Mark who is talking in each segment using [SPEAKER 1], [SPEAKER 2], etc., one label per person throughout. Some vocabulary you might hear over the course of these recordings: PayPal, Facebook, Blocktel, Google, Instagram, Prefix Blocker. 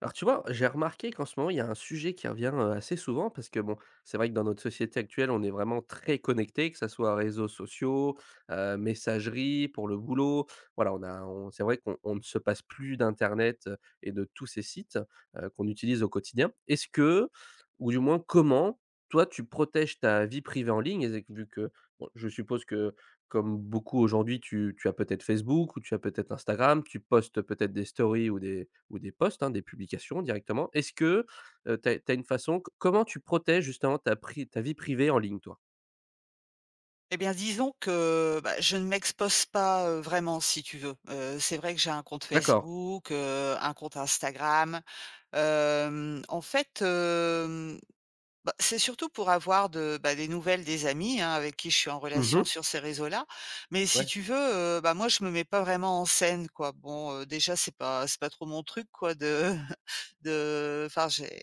[SPEAKER 1] Alors tu vois, j'ai remarqué qu'en ce moment, il y a un sujet qui revient assez souvent parce que bon, c'est vrai que dans notre société actuelle, on est vraiment très connecté, que ce soit réseaux sociaux, messagerie pour le boulot. Voilà, c'est vrai qu'on ne se passe plus d'Internet et de tous ces sites qu'on utilise au quotidien. Est-ce que, ou du moins comment, toi, tu protèges ta vie privée en ligne, et vu que bon, je suppose que comme beaucoup aujourd'hui, tu as peut-être Facebook ou tu as peut-être Instagram, tu postes peut-être des stories ou des posts, hein, des publications directement. Tu as une façon co comment tu protèges justement ta vie privée en ligne, toi?
[SPEAKER 2] Eh bien, disons que, bah, je ne m'expose pas, vraiment si tu veux. C'est vrai que j'ai un compte
[SPEAKER 1] D'accord.
[SPEAKER 2] Facebook, un compte Instagram. En fait, bah, c'est surtout pour avoir bah, des nouvelles des amis, hein, avec qui je suis en relation
[SPEAKER 1] Mmh.
[SPEAKER 2] sur ces réseaux-là. Mais si
[SPEAKER 1] Ouais.
[SPEAKER 2] tu veux, bah, moi je me mets pas vraiment en scène, quoi. Bon, déjà c'est pas trop mon truc quoi de de enfin j'ai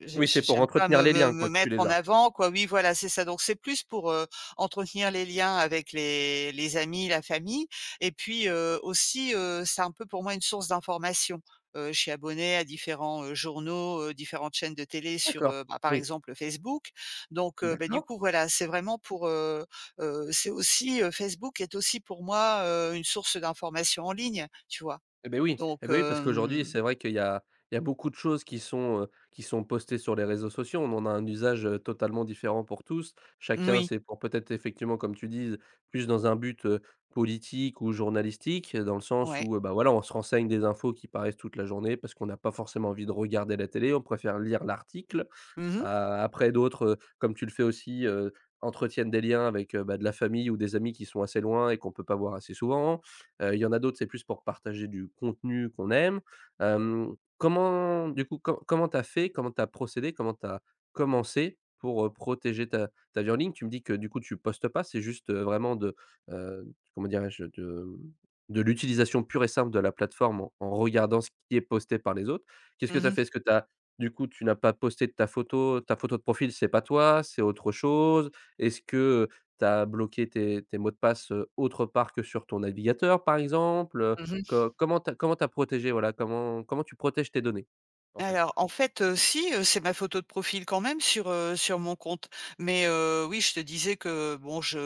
[SPEAKER 2] j'ai
[SPEAKER 1] Oui, c'est pour
[SPEAKER 2] j'aime pas
[SPEAKER 1] entretenir
[SPEAKER 2] me
[SPEAKER 1] les
[SPEAKER 2] me
[SPEAKER 1] liens
[SPEAKER 2] me
[SPEAKER 1] quoi que tu
[SPEAKER 2] mettre
[SPEAKER 1] les
[SPEAKER 2] en
[SPEAKER 1] as?
[SPEAKER 2] avant quoi, oui voilà, c'est ça. Donc c'est plus pour, entretenir les liens avec les amis, la famille et puis, aussi, c'est un peu pour moi une source d'information. Je suis abonnée à différents, journaux, différentes chaînes de télé sur,
[SPEAKER 1] D'accord.
[SPEAKER 2] bah, par
[SPEAKER 1] Oui.
[SPEAKER 2] exemple, Facebook. Donc, bah, du
[SPEAKER 1] D'accord.
[SPEAKER 2] coup voilà, c'est vraiment pour, c'est aussi, Facebook est aussi pour moi, une source d'information en ligne, tu vois?
[SPEAKER 1] Eh
[SPEAKER 2] Donc,
[SPEAKER 1] ben oui, parce qu'aujourd'hui, c'est vrai qu'il y a beaucoup de choses qui sont postées sur les réseaux sociaux. On en a un usage, totalement différent pour tous. Chacun,
[SPEAKER 2] moui,
[SPEAKER 1] c'est pour peut-être effectivement, comme tu dis, plus dans un but, politique ou journalistique, dans le sens
[SPEAKER 2] ouais.
[SPEAKER 1] où, bah, voilà, on se renseigne des infos qui paraissent toute la journée parce qu'on n'a pas forcément envie de regarder la télé, on préfère lire l'article.
[SPEAKER 2] Mmh mh.
[SPEAKER 1] A après d'autres, comme tu le fais aussi, entretiennent des liens avec, bah, de la famille ou des amis qui sont assez loin et qu'on peut pas voir assez souvent. Il y en a d'autres, c'est plus pour partager du contenu qu'on aime. Comment du coup, comment tu as fait? Comment tu as procédé? Comment tu as commencé pour, protéger ta vie en ligne? Tu me dis que du coup tu postes pas, c'est juste, vraiment de, heu, comment dirais-je? De, de l'utilisation pure et simple de la plateforme en regardant ce qui est posté par les autres. Qu'est-ce
[SPEAKER 2] Mmh
[SPEAKER 1] que tu as
[SPEAKER 2] mh.
[SPEAKER 1] fait? Est-ce que tu Du coup, tu n'as pas posté de ta photo de profil, c'est pas toi, c'est autre chose? Est-ce que tu as bloqué tes mots de passe, autre part que sur ton navigateur, par exemple?
[SPEAKER 2] Mmh mh.
[SPEAKER 1] Co comment tu comment t'as protégé, voilà, comment tu protèges tes données, en fait?
[SPEAKER 2] Alors, en fait, si, c'est ma photo de profil quand même sur mon compte. Mais, oui, je te disais que bon, je,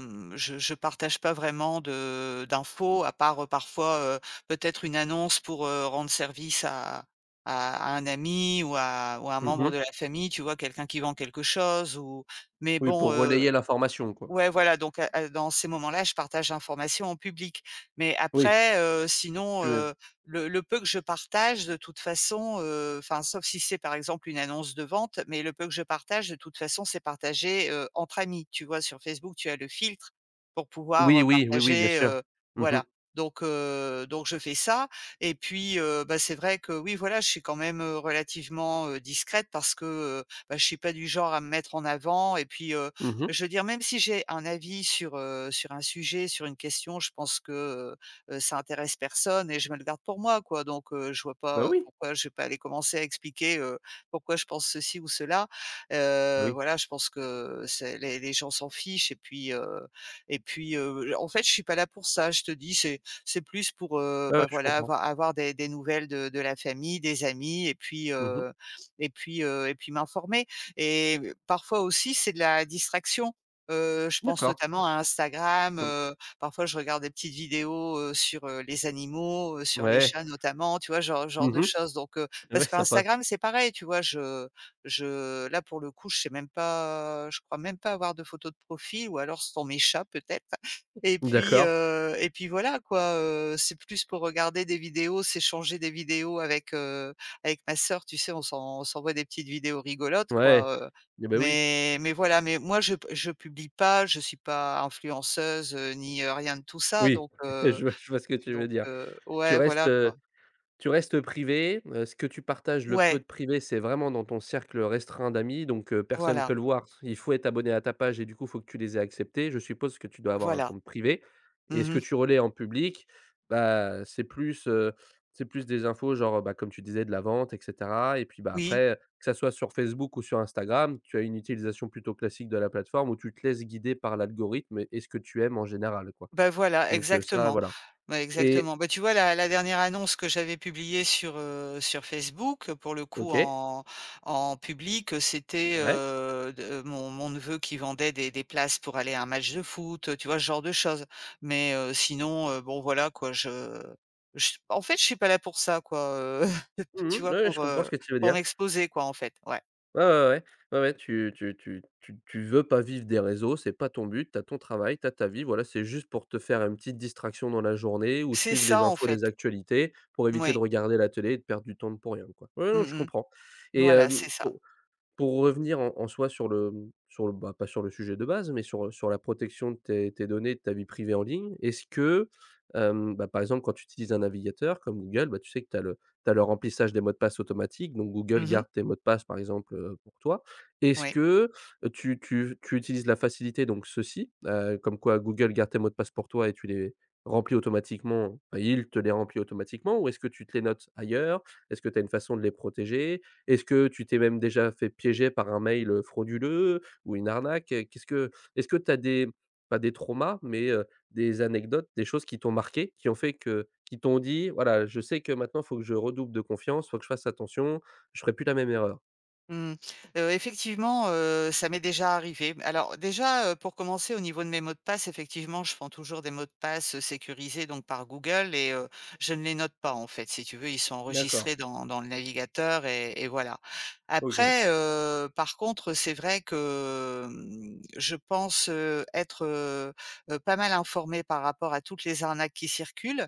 [SPEAKER 2] mmh, je partage pas vraiment de d'infos à part, parfois, peut-être une annonce pour, rendre service à un ami ou à un membre
[SPEAKER 1] Mmh.
[SPEAKER 2] de la famille, tu vois? Quelqu'un qui vend quelque chose ou mais
[SPEAKER 1] Oui,
[SPEAKER 2] bon,
[SPEAKER 1] pour
[SPEAKER 2] heu
[SPEAKER 1] relayer l'information, quoi.
[SPEAKER 2] Ouais, voilà, donc à dans ces moments-là, je partage l'information en public. Mais
[SPEAKER 1] Oui,
[SPEAKER 2] après, sinon,
[SPEAKER 1] tu
[SPEAKER 2] le peu que je partage de toute façon, enfin, sauf si c'est par exemple une annonce de vente, mais le peu que je partage de toute façon, c'est partagé, entre amis. Tu vois? Sur Facebook, tu as le filtre pour pouvoir,
[SPEAKER 1] oui, oui, oui, oui, bien
[SPEAKER 2] partager,
[SPEAKER 1] sûr. Mmh mh.
[SPEAKER 2] voilà. Donc je fais ça et puis, bah, c'est vrai que oui, voilà, je suis quand même, relativement, discrète parce que, bah, je suis pas du genre à me mettre en avant et puis,
[SPEAKER 1] Mmh.
[SPEAKER 2] je veux dire, même si j'ai un avis sur, sur un sujet, sur une question, je pense que, ça intéresse personne et je me le garde pour moi, quoi. Donc, je vois
[SPEAKER 1] Bah,
[SPEAKER 2] pas,
[SPEAKER 1] oui,
[SPEAKER 2] pourquoi je vais pas aller commencer à expliquer, pourquoi je pense ceci ou cela.
[SPEAKER 1] bah,
[SPEAKER 2] Heu,
[SPEAKER 1] oui.
[SPEAKER 2] voilà, je pense que c'est les gens s'en fichent et puis, en fait, je suis pas là pour ça, je te dis. C'est plus pour,
[SPEAKER 1] Ouais, ouais,
[SPEAKER 2] bah,
[SPEAKER 1] je
[SPEAKER 2] voilà,
[SPEAKER 1] comprends.
[SPEAKER 2] avoir des nouvelles de la famille, des amis
[SPEAKER 1] Mmh.
[SPEAKER 2] et puis m'informer et parfois aussi, c'est de la distraction. Je pense
[SPEAKER 1] D'accord.
[SPEAKER 2] notamment à Instagram,
[SPEAKER 1] Comme
[SPEAKER 2] parfois je regarde des petites vidéos, sur, les animaux, sur les
[SPEAKER 1] Ouais.
[SPEAKER 2] chats notamment, tu vois? Genre de
[SPEAKER 1] Mmh.
[SPEAKER 2] choses donc
[SPEAKER 1] Ouais,
[SPEAKER 2] parce
[SPEAKER 1] ça passe.
[SPEAKER 2] qu'Instagram, c'est pareil, tu vois? Je là, pour le coup, je crois même pas avoir de photo de profil ou alors ce sont mes chats peut-être et puis,
[SPEAKER 1] D'accord.
[SPEAKER 2] heu et puis voilà quoi, c'est plus pour regarder des vidéos, s'échanger des vidéos avec ma sœur, tu sais, on s'envoie des petites vidéos rigolotes,
[SPEAKER 1] Ouais.
[SPEAKER 2] quoi,
[SPEAKER 1] Et ben oui.
[SPEAKER 2] mais voilà, mais moi je publie pas, je suis pas influenceuse, ni, rien de tout ça,
[SPEAKER 1] Oui,
[SPEAKER 2] donc
[SPEAKER 1] je
[SPEAKER 2] heu
[SPEAKER 1] vois je vois ce que tu veux
[SPEAKER 2] donc
[SPEAKER 1] dire.
[SPEAKER 2] heu,
[SPEAKER 1] Tu
[SPEAKER 2] ouais,
[SPEAKER 1] restes,
[SPEAKER 2] voilà, quoi.
[SPEAKER 1] heu, tu restes privé, ce que tu partages, le peu
[SPEAKER 2] Ouais,
[SPEAKER 1] de privé, c'est vraiment dans ton cercle restreint d'amis, donc personne ne peut
[SPEAKER 2] voilà,
[SPEAKER 1] le voir. Il faut être abonné à ta page et du coup, il faut que tu les aies acceptés. Je suppose que tu dois avoir un
[SPEAKER 2] voilà.
[SPEAKER 1] compte privé et ce que
[SPEAKER 2] Mmh.
[SPEAKER 1] tu relais en public, bah, c'est plus des infos genre, bah, comme tu disais de la vente et cetera et puis, bah,
[SPEAKER 2] Oui.
[SPEAKER 1] après, que ça soit sur Facebook ou sur Instagram, tu as une utilisation plutôt classique de la plateforme où tu te laisses guider par l'algorithme et ce que tu aimes en général, quoi.
[SPEAKER 2] Bah, voilà,
[SPEAKER 1] Donc ça,
[SPEAKER 2] exactement.
[SPEAKER 1] voilà.
[SPEAKER 2] Ouais,
[SPEAKER 1] Et
[SPEAKER 2] exactement. Bah, tu vois la dernière annonce que j'avais publiée sur, sur Facebook, pour le coup
[SPEAKER 1] OK,
[SPEAKER 2] en public, c'était,
[SPEAKER 1] ouais.
[SPEAKER 2] de mon neveu qui vendait des places pour aller à un match de foot, tu vois? Ce genre de choses. Mais, sinon, bon voilà quoi, je en fait, je suis pas là pour ça quoi,
[SPEAKER 1] Mmh
[SPEAKER 2] tu
[SPEAKER 1] mh. Ouais,
[SPEAKER 2] vois?
[SPEAKER 1] ouais, je
[SPEAKER 2] Pour,
[SPEAKER 1] comprends ce
[SPEAKER 2] heu,
[SPEAKER 1] que tu veux
[SPEAKER 2] pour
[SPEAKER 1] dire.
[SPEAKER 2] m'exposer quoi en fait, ouais.
[SPEAKER 1] Ouais, ouais, ouais. Ouais, ouais, tu veux pas vivre des réseaux, c'est pas ton but. Tu as ton travail, tu as ta vie, voilà, c'est juste pour te faire une petite distraction dans la journée ou
[SPEAKER 2] C'est
[SPEAKER 1] suivre les
[SPEAKER 2] ça en
[SPEAKER 1] infos, les
[SPEAKER 2] fait.
[SPEAKER 1] actualités pour éviter de
[SPEAKER 2] Oui.
[SPEAKER 1] regarder la télé et de perdre du temps de pour rien, quoi. Ouais, non, je
[SPEAKER 2] Mmh mh.
[SPEAKER 1] comprends et
[SPEAKER 2] Voilà,
[SPEAKER 1] hem,
[SPEAKER 2] c'est ça.
[SPEAKER 1] pour revenir en soi sur le, sur le bah, pas sur le sujet de base, mais sur, sur la protection de tes données, de ta vie privée en ligne, est-ce que, bah, par exemple, quand tu utilises un navigateur comme Google, bah, tu sais que tu as le t'as le remplissage des mots de passe automatique, donc Google
[SPEAKER 2] Mmh.
[SPEAKER 1] garde tes mots de passe, par exemple, pour toi. Est-ce
[SPEAKER 2] Oui.
[SPEAKER 1] que, tu utilises la facilité, donc ceci, comme quoi Google garde tes mots de passe pour toi et tu les remplis automatiquement, enfin, il te les remplit automatiquement ou est-ce que tu te les notes ailleurs? Est-ce que tu as une façon de les protéger? Est-ce que tu t'es même déjà fait piéger par un mail, frauduleux ou une arnaque? Qu'est-ce que est-ce que tu as des pas des traumas, mais des anecdotes, des choses qui t'ont marqué, qui ont fait que qui t'ont dit: «Voilà, je sais que maintenant, il faut que je redouble de confiance, il faut que je fasse attention, je ferai plus la même erreur»?
[SPEAKER 2] Mmh. Effectivement, ça m'est déjà arrivé. Alors déjà, pour commencer au niveau de mes mots de passe, effectivement, je prends toujours des mots de passe, sécurisés donc par Google je ne les note pas en fait, si tu veux, ils sont
[SPEAKER 1] D'accord,
[SPEAKER 2] enregistrés dans le navigateur et voilà.
[SPEAKER 1] OK.
[SPEAKER 2] Après, par contre, c'est vrai que, je pense, être, pas mal informée par rapport à toutes les arnaques qui circulent.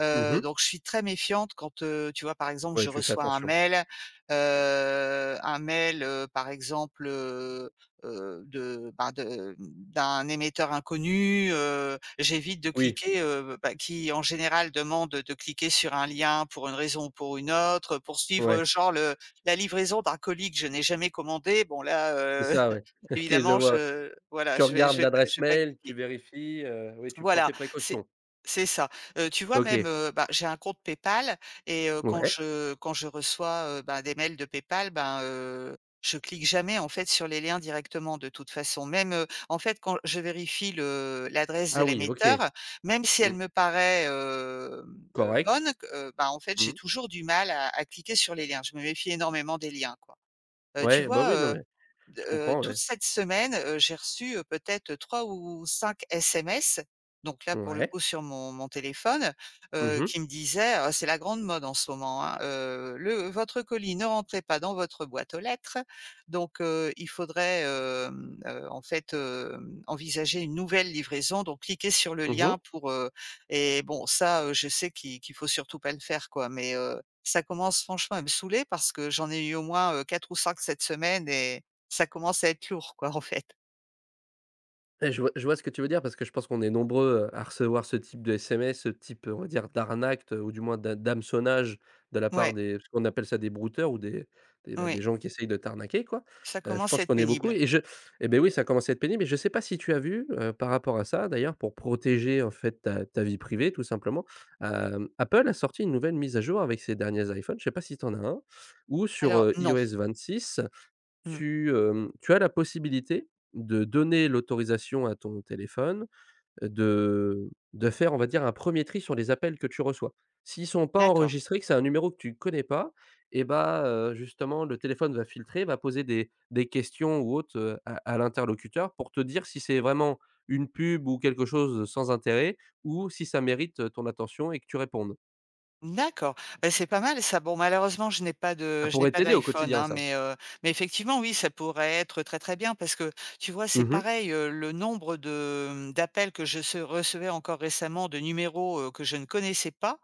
[SPEAKER 2] Heu,
[SPEAKER 1] Mmh.
[SPEAKER 2] donc je suis très méfiante quand, tu vois, par exemple,
[SPEAKER 1] Ouais,
[SPEAKER 2] je
[SPEAKER 1] tu fais
[SPEAKER 2] reçois un
[SPEAKER 1] attention.
[SPEAKER 2] mail heu, un mail, par exemple, de ben, de d'un émetteur inconnu, j'évite de
[SPEAKER 1] Oui,
[SPEAKER 2] cliquer, bah, qui en général demande de cliquer sur un lien pour une raison ou pour une autre, pour suivre,
[SPEAKER 1] ouais,
[SPEAKER 2] genre le la livraison d'un colis que je n'ai jamais commandé. Bon là,
[SPEAKER 1] c'est ça, ouais. OK, je
[SPEAKER 2] évidemment
[SPEAKER 1] vois.
[SPEAKER 2] je voilà,
[SPEAKER 1] Tu
[SPEAKER 2] je vais
[SPEAKER 1] regardes
[SPEAKER 2] je vais pas
[SPEAKER 1] l'adresse
[SPEAKER 2] je vais pas
[SPEAKER 1] mail, tu
[SPEAKER 2] cliquer.
[SPEAKER 1] vérifies, oui, tu prends
[SPEAKER 2] Voilà,
[SPEAKER 1] tes
[SPEAKER 2] c'est
[SPEAKER 1] précautions.
[SPEAKER 2] c'est ça. Tu vois
[SPEAKER 1] OK,
[SPEAKER 2] même, bah, j'ai un compte PayPal quand
[SPEAKER 1] ouais.
[SPEAKER 2] je quand je reçois, bah, des mails de PayPal, ben, je clique jamais en fait sur les liens directement de toute façon. Même, en fait quand je vérifie le l'adresse de
[SPEAKER 1] Ah oui, OK.
[SPEAKER 2] l'émetteur, même si
[SPEAKER 1] Mmh.
[SPEAKER 2] elle me paraît,
[SPEAKER 1] Correct.
[SPEAKER 2] bonne q bah, en fait j'ai
[SPEAKER 1] Mmh.
[SPEAKER 2] toujours du mal à cliquer sur les liens. Je me méfie énormément des liens quoi. Tu
[SPEAKER 1] Ouais, bah,
[SPEAKER 2] vois,
[SPEAKER 1] oui, non mais.
[SPEAKER 2] D
[SPEAKER 1] Je comprends, ouais.
[SPEAKER 2] toute cette semaine, j'ai reçu, peut-être 3 ou 5 SMS, donc là, pour le
[SPEAKER 1] Ouais.
[SPEAKER 2] coup, sur mon téléphone,
[SPEAKER 1] Mhm. Mh.
[SPEAKER 2] qui me disaient, c'est la grande mode en ce moment, hein, le votre colis ne rentrait pas dans votre boîte aux lettres, donc il faudrait, en fait, envisager une nouvelle livraison, donc cliquez sur le
[SPEAKER 1] Mmh.
[SPEAKER 2] lien pour, et bon, ça, je sais qu'il faut surtout pas le faire, quoi, mais ça commence franchement à me saouler parce que j'en ai eu au moins, 4 ou 5 cette semaine et ça commence à être lourd quoi en fait.
[SPEAKER 1] Et je vois ce que tu veux dire parce que je pense qu'on est nombreux, à recevoir ce type de SMS, ce type, on va dire, d'arnaque ou du moins d'hameçonnage de la part
[SPEAKER 2] Ouais,
[SPEAKER 1] des parce qu'on appelle ça des brouteurs ou des, bah, des
[SPEAKER 2] oui,
[SPEAKER 1] gens qui essayent de t'arnaquer, quoi.
[SPEAKER 2] ça
[SPEAKER 1] Je
[SPEAKER 2] commence à
[SPEAKER 1] pense
[SPEAKER 2] être
[SPEAKER 1] qu'on est beaucoup
[SPEAKER 2] pénible.
[SPEAKER 1] et ben oui, ça commence à être pénible et je sais pas si tu as vu, par rapport à ça d'ailleurs, pour protéger, en fait, ta vie privée tout simplement, Apple a sorti une nouvelle mise à jour avec ses derniers iPhones, je sais pas si tu en as un, ou sur,
[SPEAKER 2] Alors non.
[SPEAKER 1] iOS six.
[SPEAKER 2] Mmh.
[SPEAKER 1] Tu as la possibilité de donner l'autorisation à ton téléphone, de faire, on va dire, un premier tri sur les appels que tu reçois. S'ils sont pas
[SPEAKER 2] D'accord,
[SPEAKER 1] enregistrés, que c'est un numéro que tu connais pas et bah, justement le téléphone va filtrer, va poser des questions ou autres, à l'interlocuteur pour te dire si c'est vraiment une pub ou quelque chose, sans intérêt ou si ça mérite, ton attention et que tu répondes.
[SPEAKER 2] d'accord. Bah, c'est pas mal ça. Bon malheureusement je n'ai pas
[SPEAKER 1] Ça
[SPEAKER 2] de je n'ai
[SPEAKER 1] pourrait
[SPEAKER 2] pas
[SPEAKER 1] t'aider au
[SPEAKER 2] d'iPhone,
[SPEAKER 1] quotidien
[SPEAKER 2] hein,
[SPEAKER 1] ça.
[SPEAKER 2] mais effectivement oui, ça pourrait être très, très bien parce que tu vois c'est
[SPEAKER 1] Mmh.
[SPEAKER 2] pareil, le nombre d'appels que je se recevais encore récemment de numéros, que je ne connaissais pas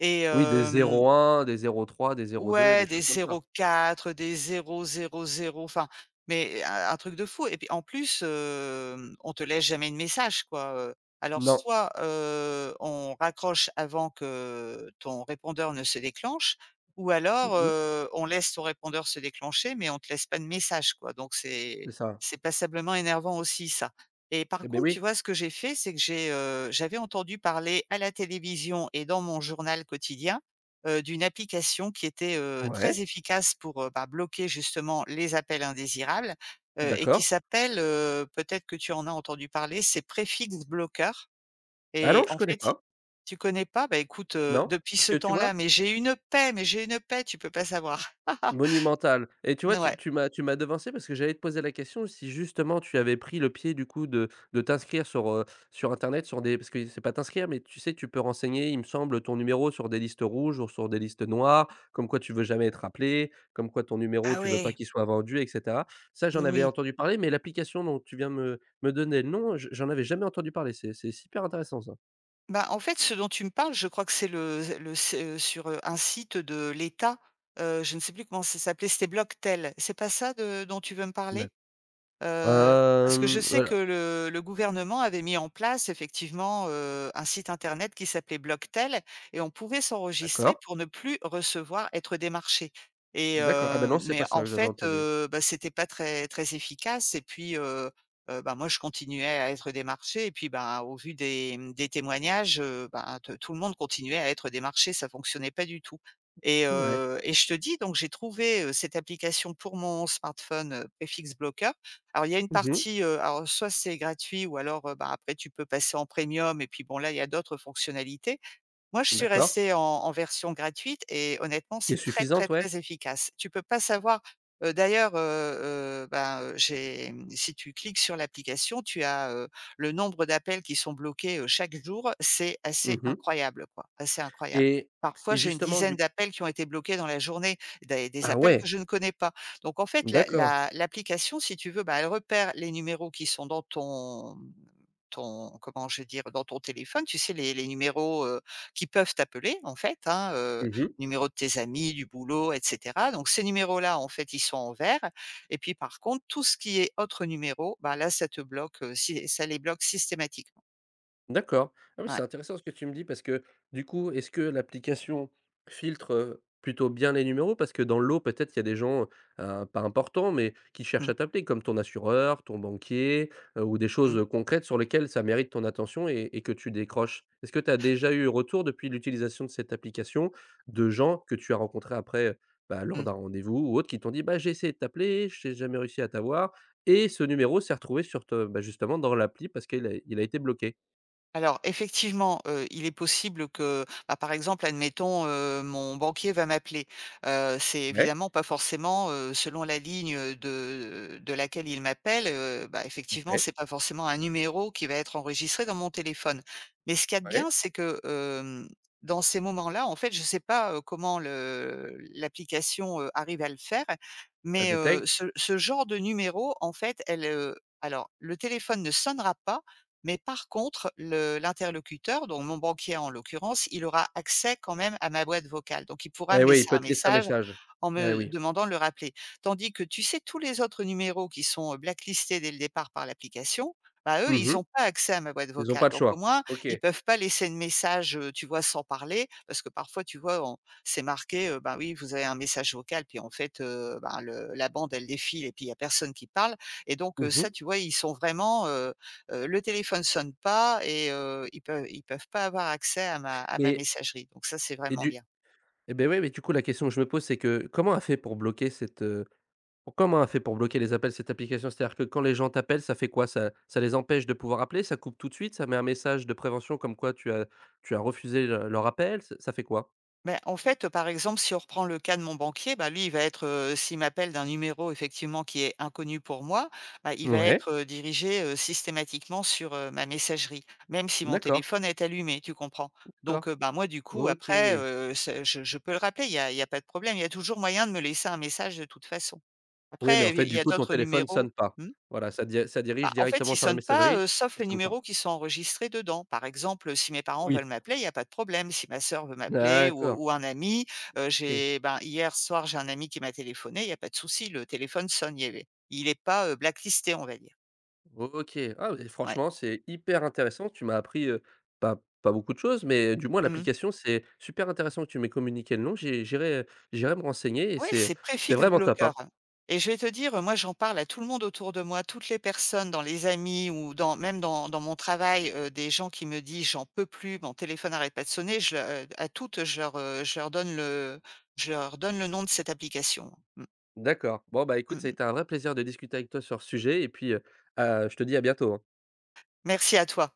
[SPEAKER 2] et
[SPEAKER 1] Oui, des
[SPEAKER 2] hem
[SPEAKER 1] zéro un des zéro trois des zéro deux des
[SPEAKER 2] Ouais, des
[SPEAKER 1] choses comme ça.
[SPEAKER 2] 0,4, des 0,00, enfin, mais un truc de fou et puis en plus, on te laisse jamais de message quoi, alors
[SPEAKER 1] Non.
[SPEAKER 2] soit, on raccroche avant que ton répondeur ne se déclenche ou
[SPEAKER 1] Mmh
[SPEAKER 2] alors,
[SPEAKER 1] mh.
[SPEAKER 2] on laisse ton répondeur se déclencher, mais on te laisse pas de message quoi, donc c'est
[SPEAKER 1] C'est ça.
[SPEAKER 2] c'est passablement énervant aussi ça et par
[SPEAKER 1] Eh beh,
[SPEAKER 2] contre, tu
[SPEAKER 1] oui.
[SPEAKER 2] vois, ce que j'ai fait, c'est que j'ai, j'avais entendu parler à la télévision et dans mon journal quotidien d'une application qui était,
[SPEAKER 1] Ouais,
[SPEAKER 2] très efficace pour, bah, bloquer justement les appels indésirables, et qui
[SPEAKER 1] d'accord.
[SPEAKER 2] s'appelle, peut-être que tu en as entendu parler, c'est Prefix Blocker
[SPEAKER 1] Ah
[SPEAKER 2] et
[SPEAKER 1] non, je
[SPEAKER 2] en
[SPEAKER 1] connais
[SPEAKER 2] fait
[SPEAKER 1] pas.
[SPEAKER 2] tu connais pas? Bah, écoute,
[SPEAKER 1] Non,
[SPEAKER 2] depuis
[SPEAKER 1] parce
[SPEAKER 2] ce
[SPEAKER 1] que tu
[SPEAKER 2] temps-là,
[SPEAKER 1] vois?
[SPEAKER 2] mais j'ai une paix, mais j'ai une paix, tu peux pas savoir.
[SPEAKER 1] Monumental et tu vois? Tu
[SPEAKER 2] Ouais.
[SPEAKER 1] tu m'as tu m'as devancé parce que j'allais te poser la question si justement tu avais pris le pied du coup de t'inscrire sur, sur internet sur des parce que c'est pas t'inscrire, mais tu sais, tu peux renseigner, il me semble, ton numéro sur des listes rouges ou sur des listes noires, comme quoi tu veux jamais être appelé, comme quoi ton numéro,
[SPEAKER 2] Ah
[SPEAKER 1] tu veux pas
[SPEAKER 2] ouais,
[SPEAKER 1] qu'il soit vendu et cetera. Ça, j'en avais
[SPEAKER 2] oui.
[SPEAKER 1] entendu parler, mais l'application dont tu viens de me donner le nom, je j'en avais jamais entendu parler. C'est super intéressant ça.
[SPEAKER 2] Bah, en fait, ce dont tu me parles, je crois que c'est le c'est, sur, un site de l'État, je ne sais plus comment ça s'appelait, c'était Blocktel. C'est pas ça de dont tu veux me
[SPEAKER 1] D'acc
[SPEAKER 2] parler? Heu, parce que
[SPEAKER 1] Hem,
[SPEAKER 2] je sais
[SPEAKER 1] heu,
[SPEAKER 2] que le gouvernement avait mis en place effectivement, un site internet qui s'appelait Blocktel et on pouvait s'enregistrer
[SPEAKER 1] d'accord,
[SPEAKER 2] pour ne plus recevoir être démarché
[SPEAKER 1] d'accord. Ah, bah, non, c'est
[SPEAKER 2] mais
[SPEAKER 1] pas ça
[SPEAKER 2] en
[SPEAKER 1] que j'avais
[SPEAKER 2] fait,
[SPEAKER 1] entendu.
[SPEAKER 2] bah, c'était pas très très efficace et puis, bah, moi je continuais à être démarché. Et puis, ben, au vu des témoignages, ben, te tout le monde continuait à être démarché, ça fonctionnait pas du tout et
[SPEAKER 1] Ouais.
[SPEAKER 2] heu et je te dis donc j'ai trouvé, cette application pour mon smartphone, Prefix Blocker alors il y a une
[SPEAKER 1] Mmh mh.
[SPEAKER 2] partie, alors soit c'est gratuit ou alors, bah, après tu peux passer en premium et puis bon là, il y a d'autres fonctionnalités. Moi, je suis
[SPEAKER 1] D'accord.
[SPEAKER 2] restée en version gratuite et honnêtement,
[SPEAKER 1] Qui est
[SPEAKER 2] c'est très, très,
[SPEAKER 1] suffisante, ouais.
[SPEAKER 2] très efficace. Tu peux pas savoir, d'ailleurs, ben, si tu cliques sur l'application, tu as, le nombre d'appels qui sont bloqués, chaque jour, c'est assez
[SPEAKER 1] Mmh mh.
[SPEAKER 2] incroyable, quoi, assez incroyable.
[SPEAKER 1] et
[SPEAKER 2] Parfois,
[SPEAKER 1] et
[SPEAKER 2] j'ai une
[SPEAKER 1] justement
[SPEAKER 2] dizaine
[SPEAKER 1] du
[SPEAKER 2] d'appels qui ont été bloqués dans la journée, des
[SPEAKER 1] ah,
[SPEAKER 2] appels que
[SPEAKER 1] ouais,
[SPEAKER 2] je ne connais pas. Donc en fait, la
[SPEAKER 1] d'accord.
[SPEAKER 2] la l'application, si tu veux, bah, elle repère les numéros qui sont dans ton, ton comment je vais dire? Dans ton téléphone, tu sais les numéros, qui peuvent t'appeler en fait, hein,
[SPEAKER 1] Mmh mh.
[SPEAKER 2] numéro de tes amis, du boulot et cetera. Donc ces numéros-là, en fait, ils sont en vert et puis par contre, tout ce qui est autre numéro, bah là, ça te bloque, si ça les bloque systématiquement.
[SPEAKER 1] D'accord. Ah oui,
[SPEAKER 2] Ouais.
[SPEAKER 1] c'est intéressant ce que tu me dis parce que du coup, est-ce que l'application filtre, plutôt bien les numéros? Parce que dans l'eau, peut-être il y a des gens, pas importants, mais qui cherchent
[SPEAKER 2] Mmh.
[SPEAKER 1] à t'appeler comme ton assureur, ton banquier, ou des
[SPEAKER 2] Mmh.
[SPEAKER 1] choses, concrètes sur lesquelles ça mérite ton attention et que tu décroches. Est-ce que tu as déjà eu retour depuis l'utilisation de cette application de gens que tu as rencontrés après, bah, lors
[SPEAKER 2] Mmh.
[SPEAKER 1] d'un rendez-vous ou autre qui t'ont dit: «Bah, j'ai essayé de t'appeler, je n'ai jamais réussi à t'avoir et ce numéro s'est retrouvé sur te» bah, justement dans l'appli parce qu'il a été bloqué?
[SPEAKER 2] Alors effectivement, il est possible que, bah, par exemple, admettons, mon banquier va m'appeler. C'est
[SPEAKER 1] Ouais.
[SPEAKER 2] évidemment pas forcément, selon la ligne, de laquelle il m'appelle, bah, effectivement,
[SPEAKER 1] Ouais,
[SPEAKER 2] c'est pas forcément un numéro qui va être enregistré dans mon téléphone. Mais ce qu'il y a de bien,
[SPEAKER 1] ouais,
[SPEAKER 2] c'est que, dans ces moments-là, en fait, je sais pas, comment le l'application, arrive à le faire,
[SPEAKER 1] elle
[SPEAKER 2] mais
[SPEAKER 1] détecte.
[SPEAKER 2] ce genre de numéro, en fait, elle, alors le téléphone ne sonnera pas mais par contre, le l'interlocuteur, donc mon banquier en l'occurrence, il aura accès quand même à ma boîte vocale. Donc il pourra
[SPEAKER 1] Eh
[SPEAKER 2] me
[SPEAKER 1] oui, il
[SPEAKER 2] laisser
[SPEAKER 1] peut
[SPEAKER 2] un
[SPEAKER 1] te laisser un
[SPEAKER 2] message
[SPEAKER 1] message.
[SPEAKER 2] en
[SPEAKER 1] Eh
[SPEAKER 2] me
[SPEAKER 1] oui.
[SPEAKER 2] demandant de le rappeler. Tandis que, tu sais, tous les autres numéros qui sont, blacklistés dès le départ par l'application, bah, eux,
[SPEAKER 1] Mmh
[SPEAKER 2] ils
[SPEAKER 1] mh.
[SPEAKER 2] n'ont pas accès à ma boîte
[SPEAKER 1] Ils ont pas
[SPEAKER 2] vocale.
[SPEAKER 1] le
[SPEAKER 2] Donc au
[SPEAKER 1] choix.
[SPEAKER 2] moins,
[SPEAKER 1] OK.
[SPEAKER 2] ils peuvent pas laisser de message, tu vois, sans parler. Parce que parfois, tu vois, on c'est marqué, bah, oui, vous avez un message vocal, puis en fait, ben, le la bande, elle défile et puis il y a personne qui parle et donc
[SPEAKER 1] Mmh mh.
[SPEAKER 2] ça, tu vois, ils sont vraiment, le téléphone sonne pas et ils peuvent pas avoir accès à ma
[SPEAKER 1] Mais
[SPEAKER 2] messagerie, donc ça, c'est
[SPEAKER 1] et
[SPEAKER 2] vraiment
[SPEAKER 1] du
[SPEAKER 2] bien.
[SPEAKER 1] et beh, ouais, mais du coup, la question que je me pose, c'est que comment elle fait pour bloquer cette, pour comment elle fait pour bloquer les appels, cette application? C'est-à-dire que quand les gens t'appellent, ça fait quoi? Ça les empêche de pouvoir appeler? Ça coupe tout de suite? Ça met un message de prévention comme quoi tu as refusé le leur appel? Ç ça fait quoi?
[SPEAKER 2] Ben en fait, par exemple, si on reprend le cas de mon banquier, bah, lui, il va être, s'il m'appelle d'un numéro effectivement qui est inconnu pour moi, bah, il va
[SPEAKER 1] Ouais,
[SPEAKER 2] être, dirigé, systématiquement sur, ma messagerie, même si mon
[SPEAKER 1] d'accord,
[SPEAKER 2] téléphone est allumé, tu comprends? Donc
[SPEAKER 1] d'accord.
[SPEAKER 2] bah, moi, du coup,
[SPEAKER 1] OK.
[SPEAKER 2] après, c'est je peux le rappeler, il y a pas de problème, il y a toujours moyen de me laisser un message de toute façon.
[SPEAKER 1] Oui, mais en
[SPEAKER 2] Après,
[SPEAKER 1] fait,
[SPEAKER 2] il y
[SPEAKER 1] du
[SPEAKER 2] a
[SPEAKER 1] coup, ton
[SPEAKER 2] d'autres
[SPEAKER 1] téléphone
[SPEAKER 2] numéros
[SPEAKER 1] sonne pas.
[SPEAKER 2] mmh?
[SPEAKER 1] Voilà, ça dirige
[SPEAKER 2] Bah, en fait,
[SPEAKER 1] directement
[SPEAKER 2] ils
[SPEAKER 1] sur la
[SPEAKER 2] sonnent pas,
[SPEAKER 1] messagerie,
[SPEAKER 2] sauf
[SPEAKER 1] ça
[SPEAKER 2] les
[SPEAKER 1] sonne pas.
[SPEAKER 2] numéros qui sont enregistrés dedans. Par exemple, si mes parents veulent
[SPEAKER 1] Oui.
[SPEAKER 2] m'appeler, il n'y a pas de problème. Si ma sœur veut m'appeler ou
[SPEAKER 1] D'accord,
[SPEAKER 2] ou un ami,
[SPEAKER 1] OK.
[SPEAKER 2] j'ai ben, hier soir, j'ai un ami qui m'a téléphoné, il n'y a pas de souci, le téléphone sonne, il n'est pas, blacklisté, on va dire.
[SPEAKER 1] OK. Ah oui,
[SPEAKER 2] Ouais.
[SPEAKER 1] franchement, c'est hyper intéressant. Tu m'as appris, pas beaucoup de choses, mais du moins
[SPEAKER 2] Mmh.
[SPEAKER 1] l'application, c'est super intéressant que tu m'aies communiqué le nom. J'irai me renseigner et
[SPEAKER 2] Oui,
[SPEAKER 1] c'est
[SPEAKER 2] c'est
[SPEAKER 1] c'est
[SPEAKER 2] préfixe
[SPEAKER 1] vraiment top, hein.
[SPEAKER 2] bloqueur et je vais te dire, moi, j'en parle à tout le monde autour de moi, toutes les personnes dans les amis ou dans même dans mon travail, des gens qui me disent: «J'en peux plus, mon téléphone n'arrête pas de sonner», je le à toutes, je leur donne le je leur donne le nom de cette application. Mmh,
[SPEAKER 1] D'accord. Bon, bah,
[SPEAKER 2] mmh
[SPEAKER 1] écoute, ça a été
[SPEAKER 2] mh.
[SPEAKER 1] un vrai plaisir de discuter avec toi sur ce sujet et puis, à je te dis à bientôt, hein.
[SPEAKER 2] Merci à toi.